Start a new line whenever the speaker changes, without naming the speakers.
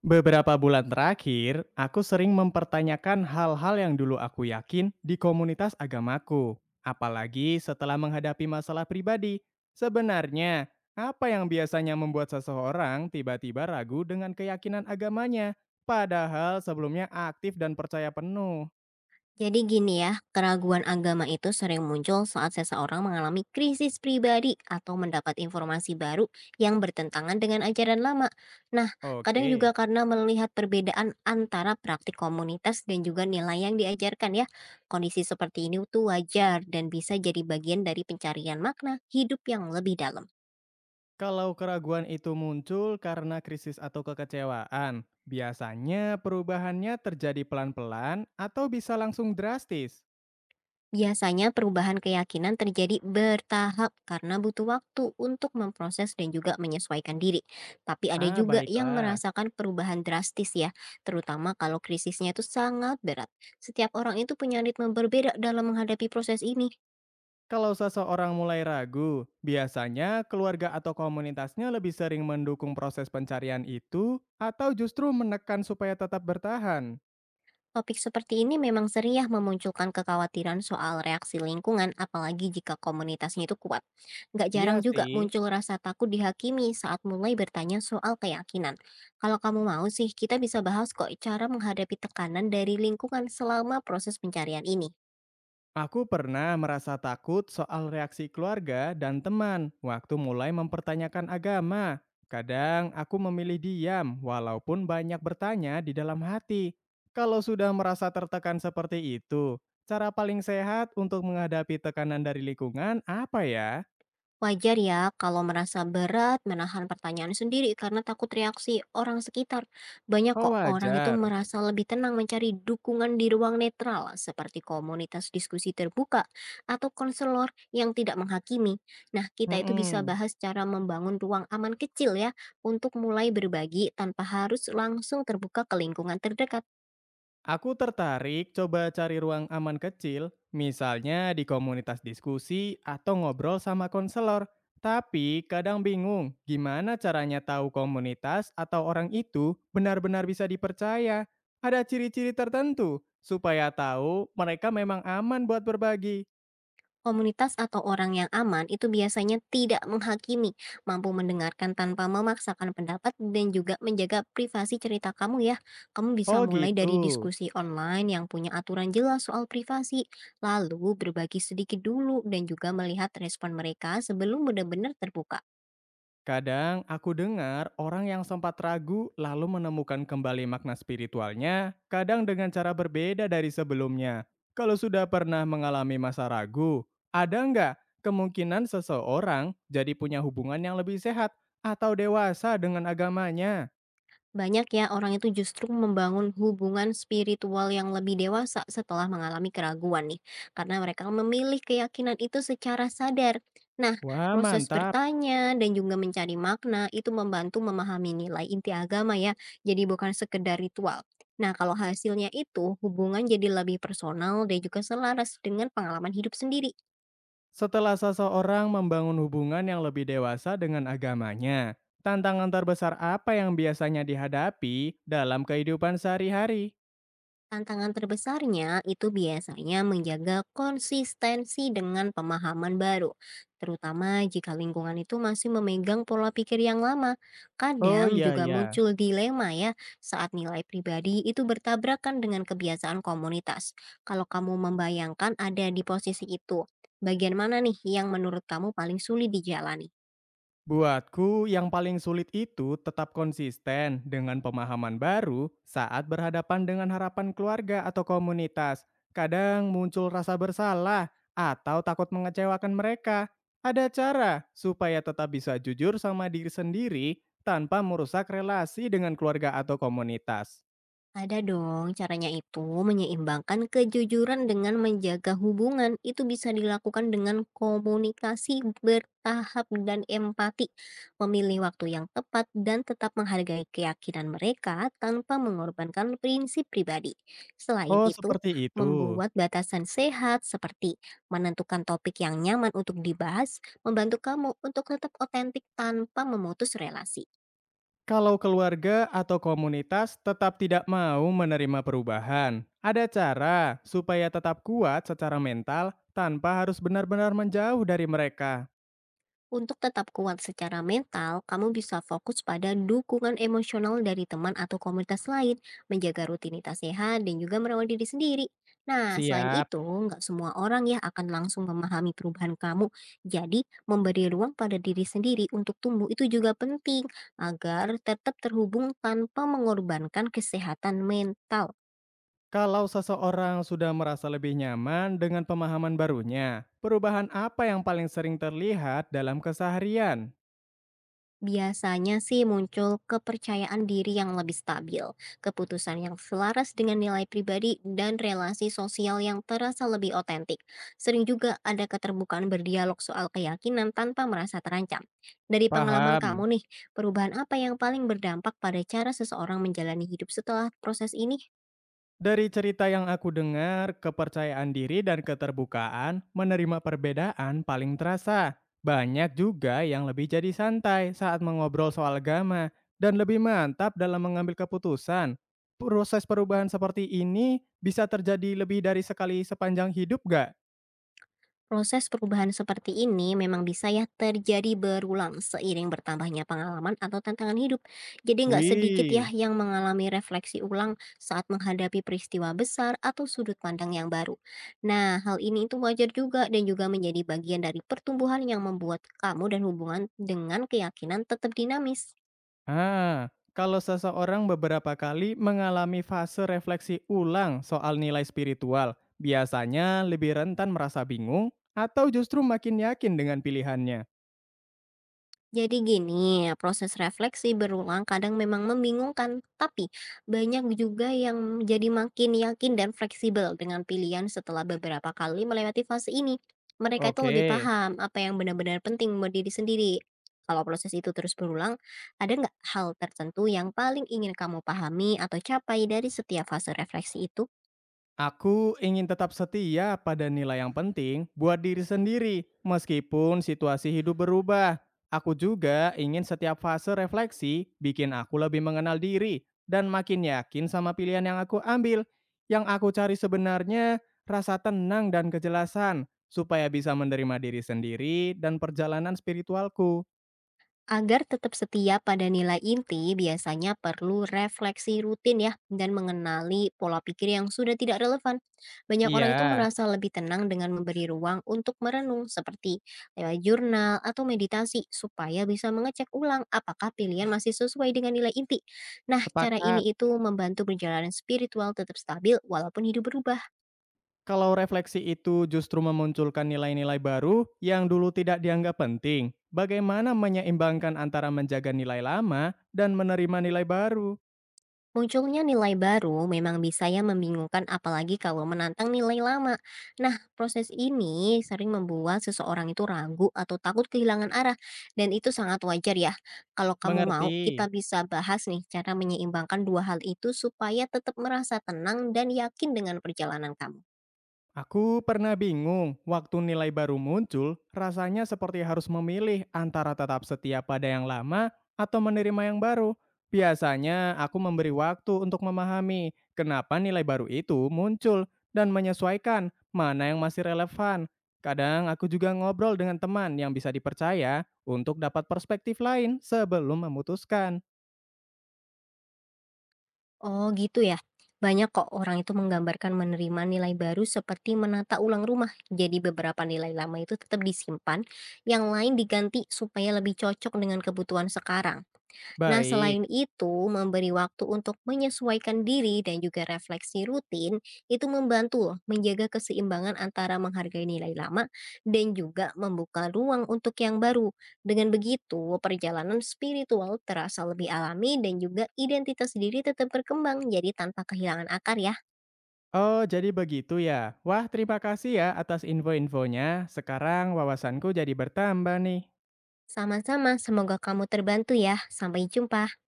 Beberapa bulan terakhir, aku sering mempertanyakan hal-hal yang dulu aku yakin di komunitas agamaku, apalagi setelah menghadapi masalah pribadi. Sebenarnya, apa yang biasanya membuat seseorang tiba-tiba ragu dengan keyakinan agamanya, padahal sebelumnya aktif dan percaya penuh?
Jadi gini ya, keraguan agama itu sering muncul saat seseorang mengalami krisis pribadi atau mendapat informasi baru yang bertentangan dengan ajaran lama. Nah, kadang
Oke,
juga karena melihat perbedaan antara praktik komunitas dan juga nilai yang diajarkan ya. Kondisi seperti ini tuh wajar dan bisa jadi bagian dari pencarian makna hidup yang lebih dalam.
kalau keraguan itu muncul karena krisis atau kekecewaan, biasanya perubahannya terjadi pelan-pelan atau bisa langsung drastis.
Biasanya perubahan keyakinan terjadi bertahap karena butuh waktu untuk memproses dan juga menyesuaikan diri. Tapi ada
Ah,
juga yang
baiklah.
merasakan perubahan drastis ya, terutama kalau krisisnya itu sangat berat. Setiap orang itu punya ritme berbeda dalam menghadapi proses ini.
Kalau seseorang mulai ragu, biasanya keluarga atau komunitasnya lebih sering mendukung proses pencarian itu atau justru menekan supaya tetap bertahan?
Topik seperti ini memang sering ya memunculkan kekhawatiran soal reaksi lingkungan, apalagi jika komunitasnya itu kuat. Nggak
Iya
jarang juga
sih.
muncul rasa takut dihakimi saat mulai bertanya soal keyakinan. Kalau kamu mau sih, kita bisa bahas kok cara menghadapi tekanan dari lingkungan selama proses pencarian ini.
Aku pernah merasa takut soal reaksi keluarga dan teman waktu mulai mempertanyakan agama. Kadang aku memilih diam, walaupun banyak bertanya di dalam hati. Kalau sudah merasa tertekan seperti itu, cara paling sehat untuk menghadapi tekanan dari lingkungan apa ya?
Wajar ya kalau merasa berat menahan pertanyaan sendiri karena takut reaksi orang sekitar. Banyak
Oh,
kok orang itu
wajar.
merasa lebih tenang mencari dukungan di ruang netral seperti komunitas diskusi terbuka atau konselor yang tidak menghakimi. Nah, kita itu bisa
Mm-mm.
bahas cara membangun ruang aman kecil ya untuk mulai berbagi tanpa harus langsung terbuka ke lingkungan terdekat.
Aku tertarik coba cari ruang aman kecil, misalnya di komunitas diskusi atau ngobrol sama konselor. Tapi kadang bingung gimana caranya tahu komunitas atau orang itu benar-benar bisa dipercaya. Ada ciri-ciri tertentu supaya tahu mereka memang aman buat berbagi.
Komunitas atau orang yang aman itu biasanya tidak menghakimi, mampu mendengarkan tanpa memaksakan pendapat, dan juga menjaga privasi cerita kamu ya. Kamu bisa
Oh
mulai
gitu.
dari diskusi online yang punya aturan jelas soal privasi, lalu berbagi sedikit dulu dan juga melihat respon mereka sebelum benar-benar terbuka.
Kadang aku dengar orang yang sempat ragu lalu menemukan kembali makna spiritualnya, kadang dengan cara berbeda dari sebelumnya. Kalau sudah pernah mengalami masa ragu, ada nggak kemungkinan seseorang jadi punya hubungan yang lebih sehat atau dewasa dengan agamanya?
Banyak ya orang itu justru membangun hubungan spiritual yang lebih dewasa setelah mengalami keraguan nih, karena mereka memilih keyakinan itu secara sadar. Nah,
Wah,
proses
mantap!
bertanya dan juga mencari makna itu membantu memahami nilai inti agama ya, jadi bukan sekedar ritual. Nah, kalau hasilnya itu hubungan jadi lebih personal dan juga selaras dengan pengalaman hidup sendiri.
Setelah seseorang membangun hubungan yang lebih dewasa dengan agamanya, tantangan terbesar apa yang biasanya dihadapi dalam kehidupan sehari-hari?
Tantangan terbesarnya itu biasanya menjaga konsistensi dengan pemahaman baru, terutama jika lingkungan itu masih memegang pola pikir yang lama.
Oh
Kadang
iya,
juga
ya.
muncul dilema ya saat nilai pribadi itu bertabrakan dengan kebiasaan komunitas. Kalau kamu membayangkan ada di posisi itu, bagian mana nih yang menurut kamu paling sulit dijalani?
Buatku, yang paling sulit itu tetap konsisten dengan pemahaman baru saat berhadapan dengan harapan keluarga atau komunitas. Kadang muncul rasa bersalah atau takut mengecewakan mereka. Ada cara supaya tetap bisa jujur sama diri sendiri tanpa merusak relasi dengan keluarga atau komunitas.
Ada dong, caranya itu menyeimbangkan kejujuran dengan menjaga hubungan. Itu bisa dilakukan dengan komunikasi bertahap dan empati, memilih waktu yang tepat, dan tetap menghargai keyakinan mereka tanpa mengorbankan prinsip pribadi. Selain
Oh,
itu,
seperti itu.
membuat batasan sehat seperti menentukan topik yang nyaman untuk dibahas, membantu kamu untuk tetap otentik tanpa memutus relasi.
Kalau keluarga atau komunitas tetap tidak mau menerima perubahan, ada cara supaya tetap kuat secara mental tanpa harus benar-benar menjauh dari mereka.
Untuk tetap kuat secara mental, kamu bisa fokus pada dukungan emosional dari teman atau komunitas lain, menjaga rutinitas sehat, dan juga merawat diri sendiri. Nah, selain
Siap,
itu, nggak semua orang ya akan langsung memahami perubahan kamu. Jadi, memberi ruang pada diri sendiri untuk tumbuh itu juga penting agar tetap terhubung tanpa mengorbankan kesehatan mental.
kalau seseorang sudah merasa lebih nyaman dengan pemahaman barunya, perubahan apa yang paling sering terlihat dalam keseharian?
Biasanya sih muncul kepercayaan diri yang lebih stabil, keputusan yang selaras dengan nilai pribadi, dan relasi sosial yang terasa lebih otentik. Sering juga ada keterbukaan berdialog soal keyakinan tanpa merasa terancam. Dari pengalaman
Paham.
kamu nih, perubahan apa yang paling berdampak pada cara seseorang menjalani hidup setelah proses ini?
Dari cerita yang aku dengar, kepercayaan diri dan keterbukaan menerima perbedaan paling terasa. Banyak juga yang lebih jadi santai saat mengobrol soal agama dan lebih mantap dalam mengambil keputusan. Proses perubahan seperti ini bisa terjadi lebih dari sekali sepanjang hidup gak?
Proses perubahan seperti ini memang bisa ya terjadi berulang seiring bertambahnya pengalaman atau tantangan hidup. Jadi nggak sedikit ya
Wih,
yang mengalami refleksi ulang saat menghadapi peristiwa besar atau sudut pandang yang baru. Nah, hal ini itu wajar juga dan juga menjadi bagian dari pertumbuhan yang membuat kamu dan hubungan dengan keyakinan tetap dinamis.
ah, kalau seseorang beberapa kali mengalami fase refleksi ulang soal nilai spiritual, biasanya lebih rentan merasa bingung atau justru makin yakin dengan pilihannya.
Jadi gini, proses refleksi berulang kadang memang membingungkan, tapi banyak juga yang jadi makin yakin dan fleksibel dengan pilihan setelah beberapa kali melewati fase ini. Mereka itu
Oke,
lebih paham apa yang benar-benar penting buat diri sendiri. Kalau proses itu terus berulang, ada nggak hal tertentu yang paling ingin kamu pahami atau capai dari setiap fase refleksi itu?
aku ingin tetap setia pada nilai yang penting buat diri sendiri, meskipun situasi hidup berubah. Aku juga ingin setiap fase refleksi bikin aku lebih mengenal diri dan makin yakin sama pilihan yang aku ambil. Yang aku cari sebenarnya rasa tenang dan kejelasan, supaya bisa menerima diri sendiri dan perjalanan spiritualku.
Agar tetap setia pada nilai inti, biasanya perlu refleksi rutin ya, dan mengenali pola pikir yang sudah tidak relevan. Banyak orang itu
Iya,
merasa lebih tenang dengan memberi ruang untuk merenung, seperti lewat jurnal atau meditasi, supaya bisa mengecek ulang apakah pilihan masih sesuai dengan nilai inti. Nah, cara
sepakat.
ini itu membantu perjalanan spiritual tetap stabil walaupun hidup berubah.
Kalau refleksi itu justru memunculkan nilai-nilai baru yang dulu tidak dianggap penting, bagaimana menyeimbangkan antara menjaga nilai lama dan menerima nilai baru?
Munculnya nilai baru memang bisa ya membingungkan apalagi kalau menantang nilai lama. Nah, proses ini sering membuat seseorang itu ragu atau takut kehilangan arah dan itu sangat wajar ya. Kalau kamu mau,
Mengerti?
kita bisa bahas nih cara menyeimbangkan dua hal itu supaya tetap merasa tenang dan yakin dengan perjalanan kamu.
Aku pernah bingung, waktu nilai baru muncul, rasanya seperti harus memilih antara tetap setia pada yang lama atau menerima yang baru. Biasanya aku memberi waktu untuk memahami kenapa nilai baru itu muncul dan menyesuaikan mana yang masih relevan. Kadang aku juga ngobrol dengan teman yang bisa dipercaya untuk dapat perspektif lain sebelum memutuskan.
Oh gitu ya. Banyak kok orang itu menggambarkan menerima nilai baru seperti menata ulang rumah. Jadi beberapa nilai lama itu tetap disimpan, yang lain diganti supaya lebih cocok dengan kebutuhan sekarang. Nah,
Baik.
selain itu, memberi waktu untuk menyesuaikan diri dan juga refleksi rutin itu membantu loh menjaga keseimbangan antara menghargai nilai lama dan juga membuka ruang untuk yang baru. Dengan begitu, perjalanan spiritual terasa lebih alami dan juga identitas diri tetap berkembang jadi tanpa kehilangan akar ya.
Oh, jadi begitu ya. Wah, terima kasih ya atas info-infonya. Sekarang wawasanku jadi bertambah nih.
Sama-sama, semoga kamu terbantu ya. Sampai jumpa.